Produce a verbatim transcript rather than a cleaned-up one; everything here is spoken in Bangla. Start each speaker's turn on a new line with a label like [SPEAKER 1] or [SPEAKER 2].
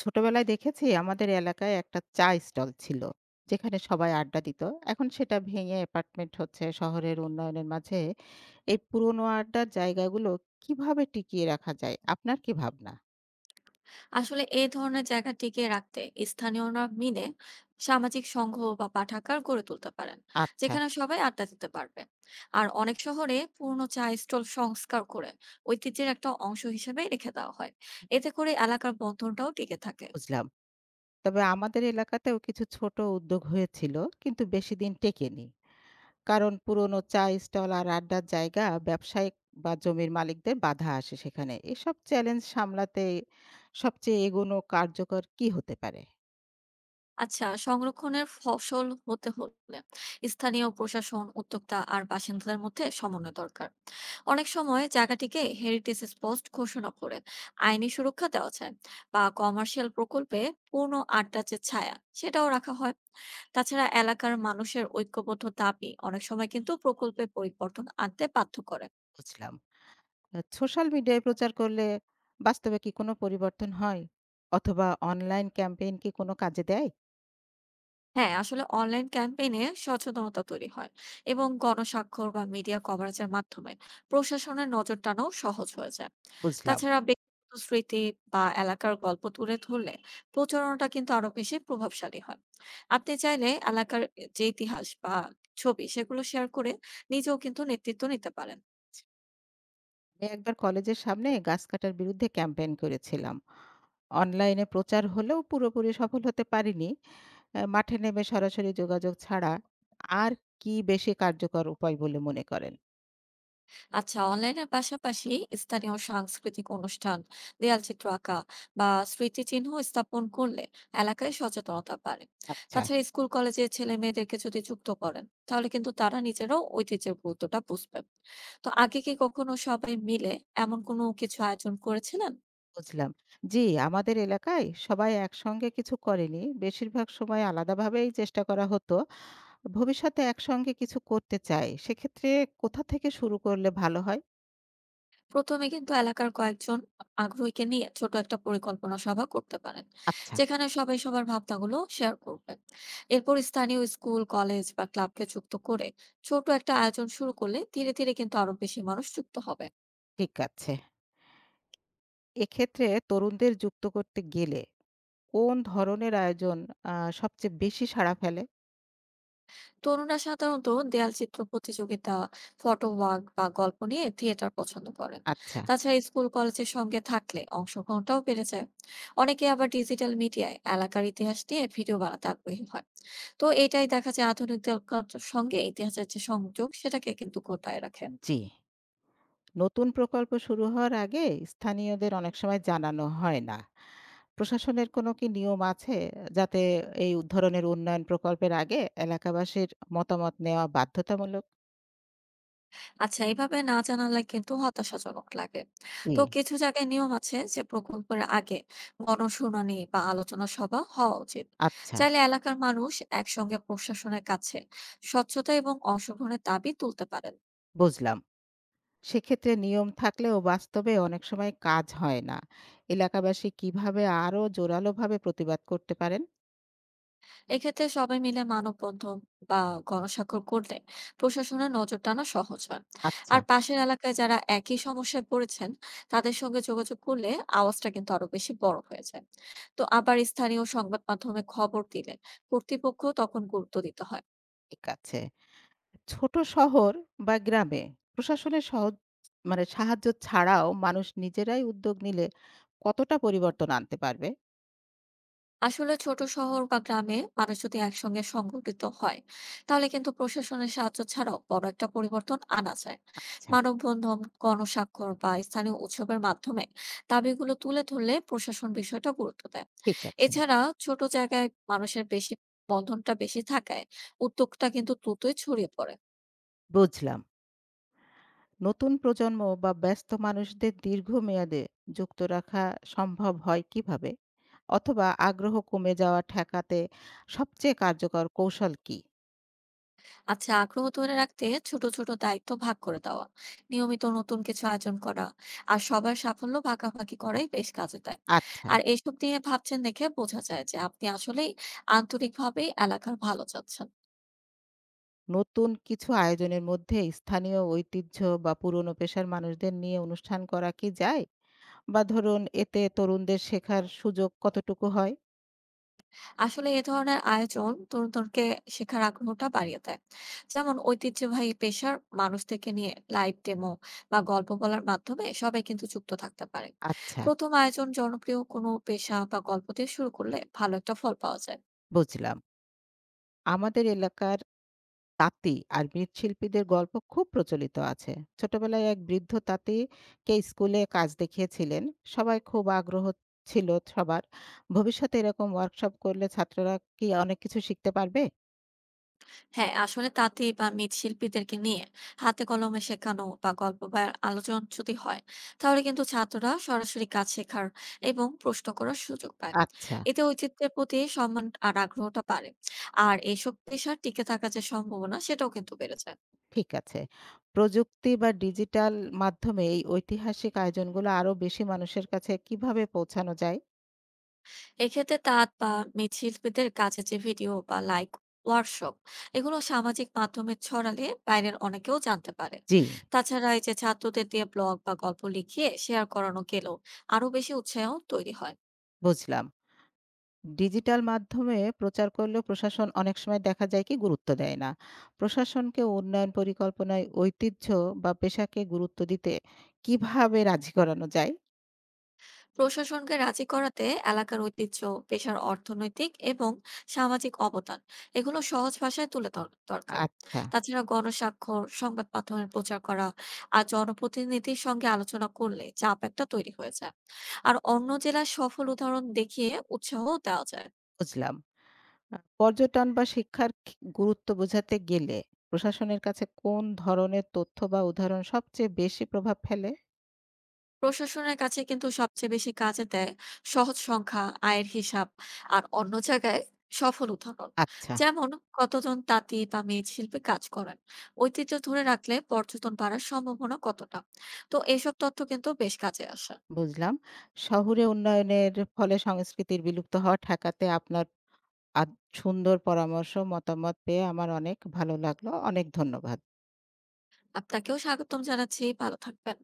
[SPEAKER 1] ছোটবেলায় দেখেছি আমাদের এলাকায় একটা চা স্টল ছিল যেখানে সবাই আড্ডা দিত। এখন সেটা ভেঙে অ্যাপার্টমেন্ট হচ্ছে শহরের উন্নয়নের মাঝে। এই পুরনো আড্ডার জায়গাগুলো কিভাবে টিকিয়ে রাখা যায়, আপনার কি ভাবনা?
[SPEAKER 2] আসলে এই ধরনের জায়গা টিকিয়ে রাখতে স্থানীয়রা মিলে সামাজিক সংঘ বা পাঠাগার গড়ে তুলতে পারেন,
[SPEAKER 1] আচ্ছা।
[SPEAKER 2] যেখানে সবাই আড্ডা দিতে পারবে। আর অনেক শহরে পুরনো চা স্টল সংস্কার করে ঐতিহ্যের একটা অংশ হিসেবে রেখে দেওয়া হয়। এতে করে এলাকার বন্ধনটাও টিকে থাকে।
[SPEAKER 1] বুঝলাম, তবে আমাদের এলাকাতেও কিছু ছোট উদ্যোগ হয়েছিল কিন্তু বেশি দিন টেকেনি। কারণ পুরনো চা স্টল আর আড্ডার জায়গা ব্যবসায়িক বা জমির মালিকদের বাধা আসে সেখানে। এসব চ্যালেঞ্জ সামলাতে সবচেয়ে এগোনো কার্যকর কি হতে পারে?
[SPEAKER 2] আচ্ছা, সংরক্ষণের ফসল হতে হলে স্থানীয় প্রশাসন, উদ্যোক্তা আর বাসিন্দাদের মধ্যে সমন্বয় দরকার। অনেক সময় জায়গাটিকে হেরিটেজ স্পট ঘোষণা করে আইনি সুরক্ষা দেওয়া যায়, বা কমার্শিয়াল প্রকল্পে পূর্ণ আড্ডা যে ছায়া, সেটাও রাখা হয়। তাছাড়া এলাকার মানুষের ঐক্যবদ্ধ দাবি অনেক সময় কিন্তু প্রকল্পে পরিবর্তন আনতে বাধ্য করে।
[SPEAKER 1] বুঝলাম। আ সোশ্যাল মিডিয়ায় প্রচার করলে বাস্তবে কি কোনো পরিবর্তন হয়? অথবা অনলাইন ক্যাম্পেইন কি কোনো কাজে দেয়?
[SPEAKER 2] হ্যাঁ, আসলে অনলাইন ক্যাম্পেইনে সচেতনতা তৈরি হয় এবং গণস্বাক্ষর বা মিডিয়া কভারেজের মাধ্যমে প্রশাসনের নজর টানাও সহজ হয়ে যায়।
[SPEAKER 1] বুঝলাম।
[SPEAKER 2] তাছাড়া ব্যক্তিগত স্মৃতি বা এলাকার গল্প তুলে ধরলে প্রচারণাটা কিন্তু আরো বেশি প্রভাবশালী হয়। আপনি চাইলে এলাকার যে ইতিহাস বা ছবি সেগুলো শেয়ার করে নিজেও কিন্তু নেতৃত্ব নিতে পারেন।
[SPEAKER 1] জি। আমি একবার কলেজের সামনে গাছ কাটার বিরুদ্ধে ক্যাম্পেইন করেছিলাম। অনলাইনে প্রচার হলেও পুরোপুরি সফল হতে পারিনি। আ মাঠে নেমে সরাসরি যোগাযোগ ছাড়া আর কি বেশি কার্যকর উপায় বলে মনে করেন?
[SPEAKER 2] আচ্ছা, অনলাইনের পাশাপাশি স্থানীয় সাংস্কৃতিক অনুষ্ঠান, দেয়ালচিত্র আঁকা বা স্মৃতিচিহ্ন স্থাপন করলে এলাকায় সচেতনতা বাড়ে।
[SPEAKER 1] আচ্ছা।
[SPEAKER 2] তাছাড়া স্কুল কলেজে ছেলে মেয়েদেরকে যদি যুক্ত করেন, তাহলে কিন্তু তারা নিজেরাও ঐতিহ্যের গুরুত্বটা বুঝবে। তো আগে কি কখনো সবাই মিলে এমন কোনো কিছু আয়োজন করেছিলেন?
[SPEAKER 1] বুঝলাম। জি, আমাদের এলাকায় সবাই একসঙ্গে কিছু করেনি। বেশিরভাগ সময় আলাদাভাবেই চেষ্টা করা হতো। ভবিষ্যতে একসঙ্গে কিছু করতে চাই, সেক্ষেত্রে কোথা থেকে শুরু করলে ভালো হয়?
[SPEAKER 2] প্রথমে কিন্তু এলাকার কয়েকজন আগ্রহীকে নিয়ে ছোট একটা পরিকল্পনা সভা করতে পারেন,
[SPEAKER 1] আচ্ছা।
[SPEAKER 2] যেখানে সবাই সবার ভাবনাগুলো শেয়ার করবে। এরপর স্থানীয় স্কুল কলেজ বা ক্লাবকে যুক্ত করে ছোট একটা আয়োজন শুরু করলে ধীরে ধীরে কিন্তু আরো বেশি মানুষ যুক্ত হবে।
[SPEAKER 1] ঠিক আছে। এক্ষেত্রে তরুণদের যুক্ত করতে গেলে কোন ধরনের আয়োজন আ সবচেয়ে বেশি সাড়া ফেলে?
[SPEAKER 2] তরুণরা সাধারণত দেয়াল চিত্র প্রতিযোগিতা, ফটো ওয়াক বা গল্প নিয়ে থিয়েটার পছন্দ করেন।
[SPEAKER 1] আচ্ছা।
[SPEAKER 2] তাছাড়া স্কুল কলেজের সঙ্গে থাকলে অংশগ্রহণটাও বেড়ে যায়। অনেকে আবার ডিজিটাল মিডিয়ায় এলাকার ইতিহাস নিয়ে ভিডিও বানাতে আগ্রহী হয়। তো এটাই দেখা যায়, আধুনিকতার সঙ্গে ইতিহাসের যে সংযোগ সেটাকে কিন্তু গোটায় রাখে।
[SPEAKER 1] জি। নতুন প্রকল্প শুরু হওয়ার আগে স্থানীয়দের অনেক সময় জানানো হয় না। প্রশাসনের কোনো কি নিয়ম আছে যাতে এই ধরনের উন্নয়ন প্রকল্পের আগে এলাকাবাসীর মতামত নেওয়া বাধ্যতামূলক?
[SPEAKER 2] আচ্ছা, এভাবে না জানালে কিন্তু হতাশাজনক লাগে।
[SPEAKER 1] জি।
[SPEAKER 2] তো কিছু জায়গায় নিয়ম আছে যে প্রকল্পের আগে গণশুনানি বা আলোচনা সভা হওয়া উচিত।
[SPEAKER 1] আচ্ছা।
[SPEAKER 2] চাইলে এলাকার মানুষ একসঙ্গে প্রশাসনের কাছে স্বচ্ছতা এবং অংশগ্রহণের দাবি তুলতে পারেন।
[SPEAKER 1] বুঝলাম। সেক্ষেত্রে নিয়ম থাকলেও বাস্তবে অনেক সময় কাজ হয় না। এলাকাবাসী কিভাবে আরো জোরালোভাবে প্রতিবাদ করতে পারেন?
[SPEAKER 2] এক্ষেত্রে সবাই মিলে মানববন্ধন বা গণস্বাক্ষর করলে প্রশাসনের নজর টানা সহজ হয়।
[SPEAKER 1] আচ্ছা।
[SPEAKER 2] আর পাশের এলাকায় যারা একই সমস্যায় পড়েছেন, তাদের সঙ্গে যোগাযোগ করলে আওয়াজটা কিন্তু আরো বেশি বড় হয়ে যায়। তো আবার স্থানীয় সংবাদ মাধ্যমে খবর দিলে কর্তৃপক্ষ তখন গুরুত্ব দিতে হয়।
[SPEAKER 1] ঠিক আছে। ছোট শহর বা গ্রামে প্রশাসনের সহজ মানে সাহায্য ছাড়াও মানুষ নিজেরাই উদ্যোগ নিলে কতটা পরিবর্তন আনতে পারবে?
[SPEAKER 2] আসলে ছোট শহর বা গ্রামে মানুষ যদি একসঙ্গে সংগঠিত হয়, তাহলে কিন্তু প্রশাসনের সাহায্য ছাড়াও বড় একটা পরিবর্তন আনা যায়।
[SPEAKER 1] আচ্ছা।
[SPEAKER 2] মানববন্ধন, গণস্বাক্ষর বা স্থানীয় উৎসবের মাধ্যমে দাবিগুলো তুলে ধরলে প্রশাসন বিষয়টা গুরুত্ব দেয়।
[SPEAKER 1] ঠিক আছে।
[SPEAKER 2] এছাড়া ছোট জায়গায় মানুষের বেশি বন্ধনটা বেশি থাকায় উদ্যোগটা কিন্তু দ্রুতই ছড়িয়ে পড়ে।
[SPEAKER 1] বুঝলাম। নতুন প্রজন্ম বা ব্যস্ত মানুষদের দীর্ঘমেয়াদে যুক্ত রাখা সম্ভব হয় কিভাবে? অথবা আগ্রহ কমে যাওয়া ঠেকাতে সবচেয়ে কার্যকর কৌশল কি?
[SPEAKER 2] আচ্ছা, আগ্রহ ধরে রাখতে ছোট ছোট দায়িত্ব ভাগ করে দেওয়া, নিয়মিত নতুন কিছু আয়োজন করা আর সবার সাফল্য ভাগাভাগি করাই বেশ কাজে দেয়।
[SPEAKER 1] আচ্ছা।
[SPEAKER 2] আর এইসব নিয়ে ভাবছেন দেখে বোঝা যায় যে আপনি আসলেই আন্তরিকভাবেই এলাকার ভালো চাচ্ছেন।
[SPEAKER 1] নতুন কিছু আয়োজনের মধ্যে স্থানীয় ঐতিহ্য বা পুরনো পেশার মানুষদের নিয়ে অনুষ্ঠান করা কি যায়? বা ধরুন এতে তরুণদের শেখার সুযোগ কতটুকু হয়?
[SPEAKER 2] আসলে এ ধরনের আয়োজন তরুণদেরকে শেখার আগ্রহটা বাড়িয়ে দেয়। যেমন ঐতিহ্যবাহী পেশার মানুষ থেকে নিয়ে লাইভ ডেমো বা গল্প বলার মাধ্যমে সবাই কিন্তু যুক্ত থাকতে পারে।
[SPEAKER 1] আচ্ছা।
[SPEAKER 2] প্রথম আয়োজন জনপ্রিয় কোনো পেশা বা গল্প দিয়ে শুরু করলে ভালো একটা ফল পাওয়া যায়।
[SPEAKER 1] বুঝলাম। আমাদের এলাকার তাঁতি আর মৃৎশিল্পীদের গল্প খুব প্রচলিত আছে। ছোটবেলায় এক বৃদ্ধ তাঁতিকে স্কুলে কাজ দেখিয়েছিলেন। সবাই খুব আগ্রহ ছিল সবার। ভবিষ্যতে এরকম ওয়ার্কশপ করলে ছাত্ররা কি অনেক কিছু শিখতে পারবে?
[SPEAKER 2] হ্যাঁ, আসলে তাঁতি বা মৃৎশিল্পীদেরকে নিয়ে হাতে কলমে শেখানো বা গল্প বা আলোচনা যদি হয়, তাহলে কিন্তু ছাত্ররা সরাসরি কাজ শেখার এবং প্রশ্ন করার সুযোগ পায়।
[SPEAKER 1] আচ্ছা।
[SPEAKER 2] এতে ঐতিহ্যের প্রতি সম্মান আর আগ্রহটা বাড়ে। আর এইসব পেশার টিকে থাকার যে সম্ভাবনা সেটাও কিন্তু বেড়ে যায়।
[SPEAKER 1] ঠিক আছে। প্রযুক্তি বা ডিজিটাল মাধ্যমে এই ঐতিহাসিক আয়োজনগুলো আরো বেশি মানুষের কাছে কিভাবে পৌঁছানো যায়?
[SPEAKER 2] এক্ষেত্রে তাঁত বা মৃৎশিল্পীদের কাছে যে ভিডিও বা লাইক ওয়ার্কশপ, এগুলো সামাজিক মাধ্যমে ছড়ালে বাইরের অনেকেও জানতে পারে।
[SPEAKER 1] জি।
[SPEAKER 2] তাছাড়া এই যে ছাত্রদের দিয়ে ব্লগ বা গল্প লিখিয়ে শেয়ার করানো গেলেও আরো বেশি উৎসাহ তৈরি হয়।
[SPEAKER 1] বুঝলাম। ডিজিটাল মাধ্যমে প্রচার করলেও প্রশাসন অনেক সময় দেখা যায় কি গুরুত্ব দেয় না। প্রশাসনকে উন্নয়ন পরিকল্পনায় ঐতিহ্য বা পেশাকে গুরুত্ব দিতে কিভাবে রাজি করানো যায়?
[SPEAKER 2] প্রশাসনকে রাজি করাতে এলাকার ঐতিহ্য, পেশার অর্থনৈতিক এবং সামাজিক অবদান এগুলো সহজ ভাষায় তুলে ধরা দরকার।
[SPEAKER 1] আচ্ছা।
[SPEAKER 2] তাছাড়া গণস্বাক্ষর, সংবাদ মাধ্যমে প্রচার করা আর জনপ্রতিনিধির সঙ্গে আলোচনা করলে চাপ একটা তৈরি হয়ে যায়। আর অন্য জেলার সফল উদাহরণ দেখিয়ে উৎসাহ দেওয়া যায়।
[SPEAKER 1] বুঝলাম। আহ, পর্যটন বা শিক্ষার কি- গুরুত্ব বোঝাতে গেলে প্রশাসনের কাছে কোন ধরনের তথ্য বা উদাহরণ সবচেয়ে বেশি প্রভাব ফেলে?
[SPEAKER 2] প্রশাসনের কাছে কিন্তু সবচেয়ে বেশি কাজে দেয় সহজ সংখ্যা, আয়ের হিসাব আর অন্য জায়গায় সফল উদাহরণ।
[SPEAKER 1] আচ্ছা।
[SPEAKER 2] যেমন কতজন তাঁতি বা মৃৎশিল্পে কাজ করেন, ঐতিহ্য ধরে রাখলে পর্যটন বাড়ার সম্ভাবনা কতটা। তো এসব তথ্য কিন্তু বেশ কাজে আসে।
[SPEAKER 1] বুঝলাম। শহুরে উন্নয়নের ফলে সংস্কৃতির বিলুপ্ত হওয়া ঠেকাতে আপনার আদ সুন্দর পরামর্শ, মতামত পেয়ে আমার অনেক ভালো লাগলো। অনেক ধন্যবাদ।
[SPEAKER 2] আপনাকেও স্বাগতম জানাচ্ছি, ভালো থাকবেন।